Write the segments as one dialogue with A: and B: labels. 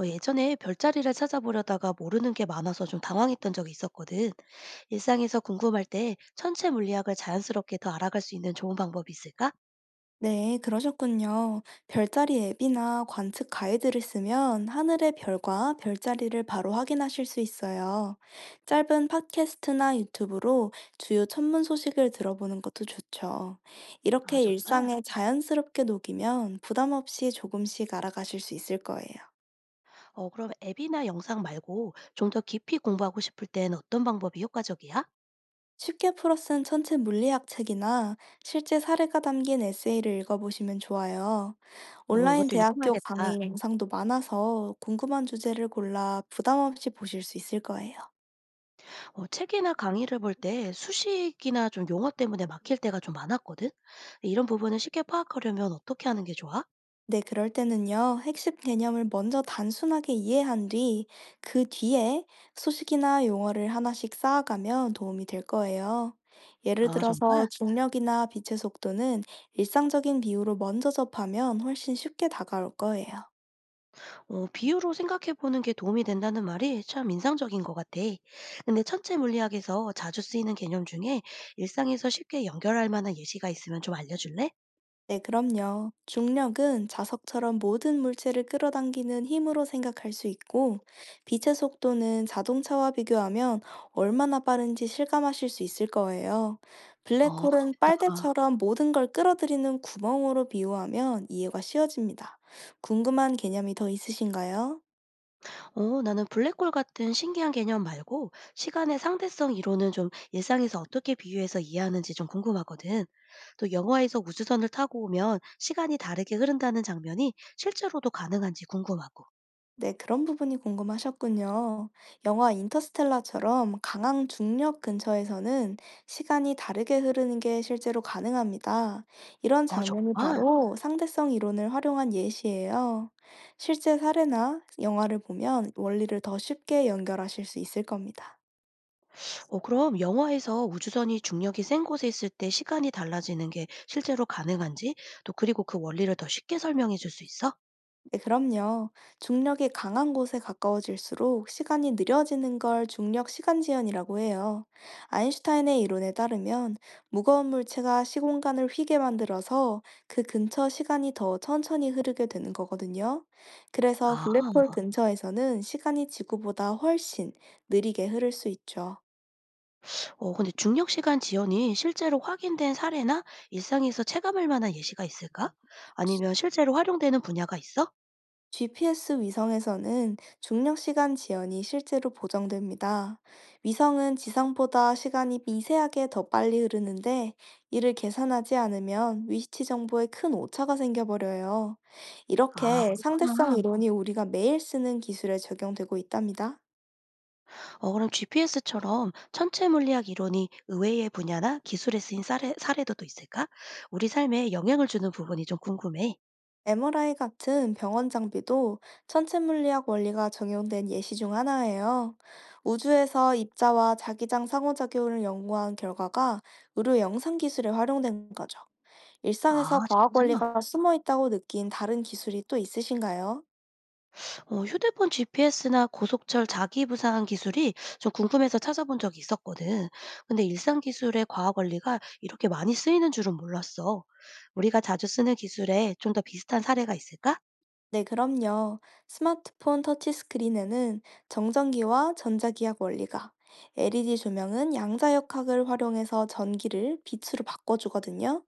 A: 예전에 별자리를 찾아보려다가 모르는 게 많아서 좀 당황했던 적이 있었거든. 일상에서 궁금할 때 천체 물리학을 자연스럽게 더 알아갈 수 있는 좋은 방법이 있을까?
B: 네, 그러셨군요. 별자리 앱이나 관측 가이드를 쓰면 하늘의 별과 별자리를 바로 확인하실 수 있어요. 짧은 팟캐스트나 유튜브로 주요 천문 소식을 들어보는 것도 좋죠.
A: 아,
B: 이렇게
A: 정말?
B: 일상에 자연스럽게 녹이면 부담 없이 조금씩 알아가실 수 있을 거예요.
A: 그럼 앱이나 영상 말고 좀 더 깊이 공부하고 싶을 땐 어떤 방법이 효과적이야?
B: 쉽게 풀어 쓴 천체 물리학 책이나 실제 사례가 담긴 에세이를 읽어보시면 좋아요. 온라인
A: 이것도
B: 대학교
A: 읽어봐야겠다.
B: 강의 영상도 많아서 궁금한 주제를 골라 부담 없이 보실 수 있을 거예요.
A: 책이나 강의를 볼 때 수식이나 좀 용어 때문에 막힐 때가 좀 많았거든. 이런 부분을 쉽게 파악하려면 어떻게 하는 게 좋아?
B: 네, 그럴 때는요, 핵심 개념을 먼저 단순하게 이해한 뒤, 그 뒤에 소식이나 용어를 하나씩 쌓아가면 도움이 될 거예요. 예를
A: 아, 정말?
B: 들어서 중력이나 빛의 속도는 일상적인 비유로 먼저 접하면 훨씬 쉽게 다가올 거예요.
A: 비유로 생각해 보는 게 도움이 된다는 말이 참 인상적인 것 같아. 근데 천체 물리학에서 자주 쓰이는 개념 중에 일상에서 쉽게 연결할 만한 예시가 있으면 좀 알려줄래?
B: 네, 그럼요. 중력은 자석처럼 모든 물체를 끌어당기는 힘으로 생각할 수 있고, 빛의 속도는 자동차와 비교하면 얼마나 빠른지 실감하실 수 있을 거예요. 블랙홀은
A: 그러겠다.
B: 빨대처럼 모든 걸 끌어들이는 구멍으로 비유하면 이해가 쉬워집니다. 궁금한 개념이 더 있으신가요?
A: 나는 블랙홀 같은 신기한 개념 말고 시간의 상대성 이론은 좀 일상에서 어떻게 비유해서 이해하는지 좀 궁금하거든. 또 영화에서 우주선을 타고 오면 시간이 다르게 흐른다는 장면이 실제로도 가능한지 궁금하고.
B: 네, 그런 부분이 궁금하셨군요. 영화 인터스텔라처럼 강한 중력 근처에서는 시간이 다르게 흐르는 게 실제로 가능합니다. 이런
A: 아,
B: 장면이
A: 정말?
B: 바로 상대성 이론을 활용한 예시예요. 실제 사례나 영화를 보면 원리를 더 쉽게 연결하실 수 있을 겁니다.
A: 그럼 영화에서 우주선이 중력이 센 곳에 있을 때 시간이 달라지는 게 실제로 가능한지 또 그리고 그 원리를 더 쉽게 설명해 줄 수 있어?
B: 네, 그럼요. 중력이 강한 곳에 가까워질수록 시간이 느려지는 걸 중력 시간 지연이라고 해요. 아인슈타인의 이론에 따르면 무거운 물체가 시공간을 휘게 만들어서 그 근처 시간이 더 천천히 흐르게 되는 거거든요. 그래서
A: 아.
B: 블랙홀 근처에서는 시간이 지구보다 훨씬 느리게 흐를 수 있죠.
A: 근데 중력 시간 지연이 실제로 확인된 사례나 일상에서 체감할 만한 예시가 있을까? 아니면 실제로 활용되는 분야가 있어?
B: GPS 위성에서는 중력 시간 지연이 실제로 보정됩니다. 위성은 지상보다 시간이 미세하게 더 빨리 흐르는데 이를 계산하지 않으면 위치 정보에 큰 오차가 생겨버려요.
A: 아,
B: 이렇게 상대성
A: 그렇구나.
B: 이론이 우리가 매일 쓰는 기술에 적용되고 있답니다.
A: 그럼 GPS처럼 천체 물리학 이론이 의외의 분야나 기술에 쓰인 사례 사례도 또 있을까? 우리 삶에 영향을 주는 부분이 좀 궁금해.
B: MRI 같은 병원 장비도 천체물리학 원리가 적용된 예시 중 하나예요. 우주에서 입자와 자기장 상호작용을 연구한 결과가 의료 영상 기술에 활용된 거죠.
A: 아,
B: 일상에서 과학
A: 진짜?
B: 원리가 숨어 있다고 느낀 다른 기술이 또 있으신가요?
A: 휴대폰 GPS나 고속철 자기부상 기술이 좀 궁금해서 찾아본 적이 있었거든. 근데 일상 기술의 과학 원리가 이렇게 많이 쓰이는 줄은 몰랐어. 우리가 자주 쓰는 기술에 좀 더 비슷한 사례가 있을까?
B: 네, 그럼요. 스마트폰 터치스크린에는 정전기와 전자기학 원리가, LED 조명은 양자역학을 활용해서 전기를 빛으로 바꿔주거든요.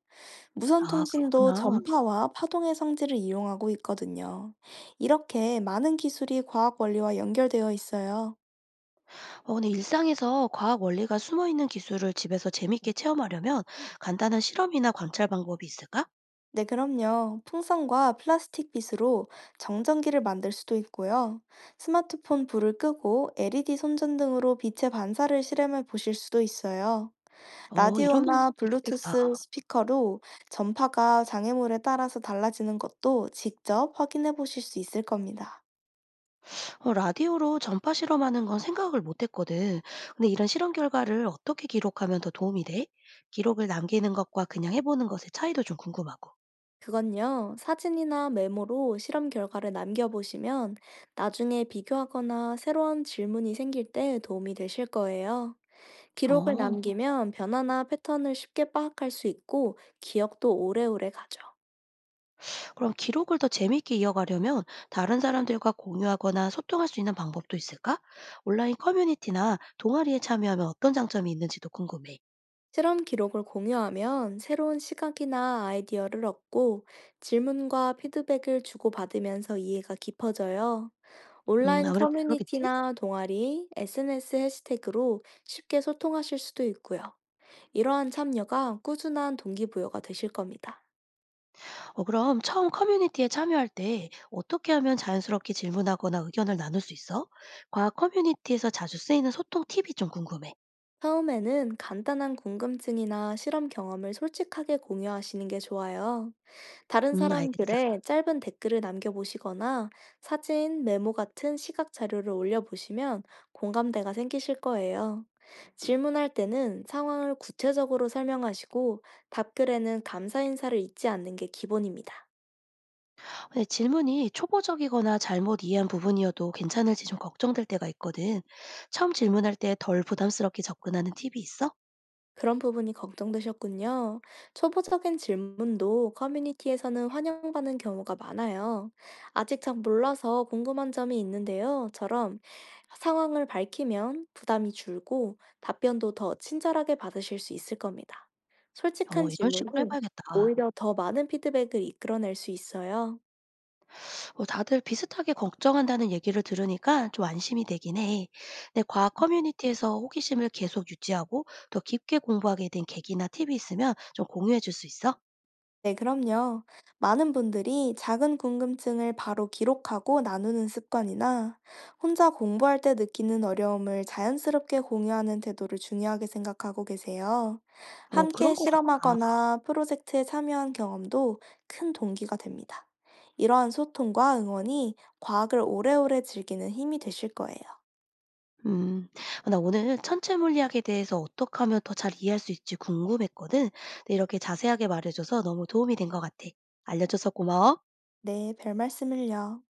B: 무선
A: 아,
B: 통신도
A: 그렇구나.
B: 전파와 파동의 성질을 이용하고 있거든요. 이렇게 많은 기술이 과학 원리와 연결되어 있어요.
A: 근데 일상에서 과학 원리가 숨어 있는 기술을 집에서 재밌게 체험하려면 간단한 실험이나 관찰 방법이 있을까?
B: 네, 그럼요. 풍선과 플라스틱 빗으로 정전기를 만들 수도 있고요. 스마트폰 불을 끄고 LED 손전 등으로 빛의 반사를 실험해 보실 수도 있어요.
A: 이런
B: 라디오나
A: 방법도 좋겠다.
B: 블루투스 스피커로 전파가 장애물에 따라서 달라지는 것도 직접 확인해 보실 수 있을 겁니다.
A: 라디오로 전파 실험하는 건 생각을 못 했거든. 근데 이런 실험 결과를 어떻게 기록하면 더 도움이 돼? 기록을 남기는 것과 그냥 해보는 것의 차이도 좀 궁금하고.
B: 그건요, 사진이나 메모로 실험 결과를 남겨보시면 나중에 비교하거나 새로운 질문이 생길 때 도움이 되실 거예요. 기록을
A: 어,
B: 남기면 변화나 패턴을 쉽게 파악할 수 있고 기억도 오래오래 가죠.
A: 그럼 기록을 더 재밌게 이어가려면 다른 사람들과 공유하거나 소통할 수 있는 방법도 있을까? 온라인 커뮤니티나 동아리에 참여하면 어떤 장점이 있는지도 궁금해.
B: 실험 기록을 공유하면 새로운 시각이나 아이디어를 얻고 질문과 피드백을 주고받으면서 이해가 깊어져요. 온라인
A: 아무래도 그러겠지?
B: 커뮤니티나 동아리, SNS 해시태그로 쉽게 소통하실 수도 있고요. 이러한 참여가 꾸준한 동기부여가 되실 겁니다.
A: 그럼 처음 커뮤니티에 참여할 때 어떻게 하면 자연스럽게 질문하거나 의견을 나눌 수 있어? 과학 커뮤니티에서 자주 쓰이는 소통 팁이 좀 궁금해.
B: 처음에는 간단한 궁금증이나 실험 경험을 솔직하게 공유하시는 게 좋아요. 다른 사람
A: 알겠어.
B: 글에 짧은 댓글을 남겨보시거나 사진, 메모 같은 시각 자료를 올려보시면 공감대가 생기실 거예요. 질문할 때는 상황을 구체적으로 설명하시고 답글에는 감사 인사를 잊지 않는 게 기본입니다.
A: 근데 질문이 초보적이거나 잘못 이해한 부분이어도 괜찮을지 좀 걱정될 때가 있거든. 처음 질문할 때 덜 부담스럽게 접근하는 팁이 있어?
B: 그런 부분이 걱정되셨군요. 초보적인 질문도 커뮤니티에서는 환영받는 경우가 많아요. 아직 잘 몰라서 궁금한 점이 있는데요. 처럼 상황을 밝히면 부담이 줄고 답변도 더 친절하게 받으실 수 있을 겁니다. 솔직한
A: 이런 식으로
B: 질문은
A: 해봐야겠다.
B: 오히려 더 많은 피드백을 이끌어낼 수 있어요.
A: 뭐 다들 비슷하게 걱정한다는 얘기를 들으니까 좀 안심이 되긴 해. 근데 과학 커뮤니티에서 호기심을 계속 유지하고 더 깊게 공부하게 된 계기나 팁이 있으면 좀 공유해 줄 수 있어?
B: 네, 그럼요. 많은 분들이 작은 궁금증을 바로 기록하고 나누는 습관이나 혼자 공부할 때 느끼는 어려움을 자연스럽게 공유하는 태도를 중요하게 생각하고 계세요.
A: 그런
B: 함께
A: 것 같더라.
B: 실험하거나 프로젝트에 참여한 경험도 큰 동기가 됩니다. 이러한 소통과 응원이 과학을 오래오래 즐기는 힘이 되실 거예요.
A: 음, 나 오늘 천체 물리학에 대해서 어떻게 하면 더 잘 이해할 수 있지 궁금했거든. 근데 이렇게 자세하게 말해줘서 너무 도움이 된 것 같아. 알려줘서 고마워.
B: 네, 별 말씀을요.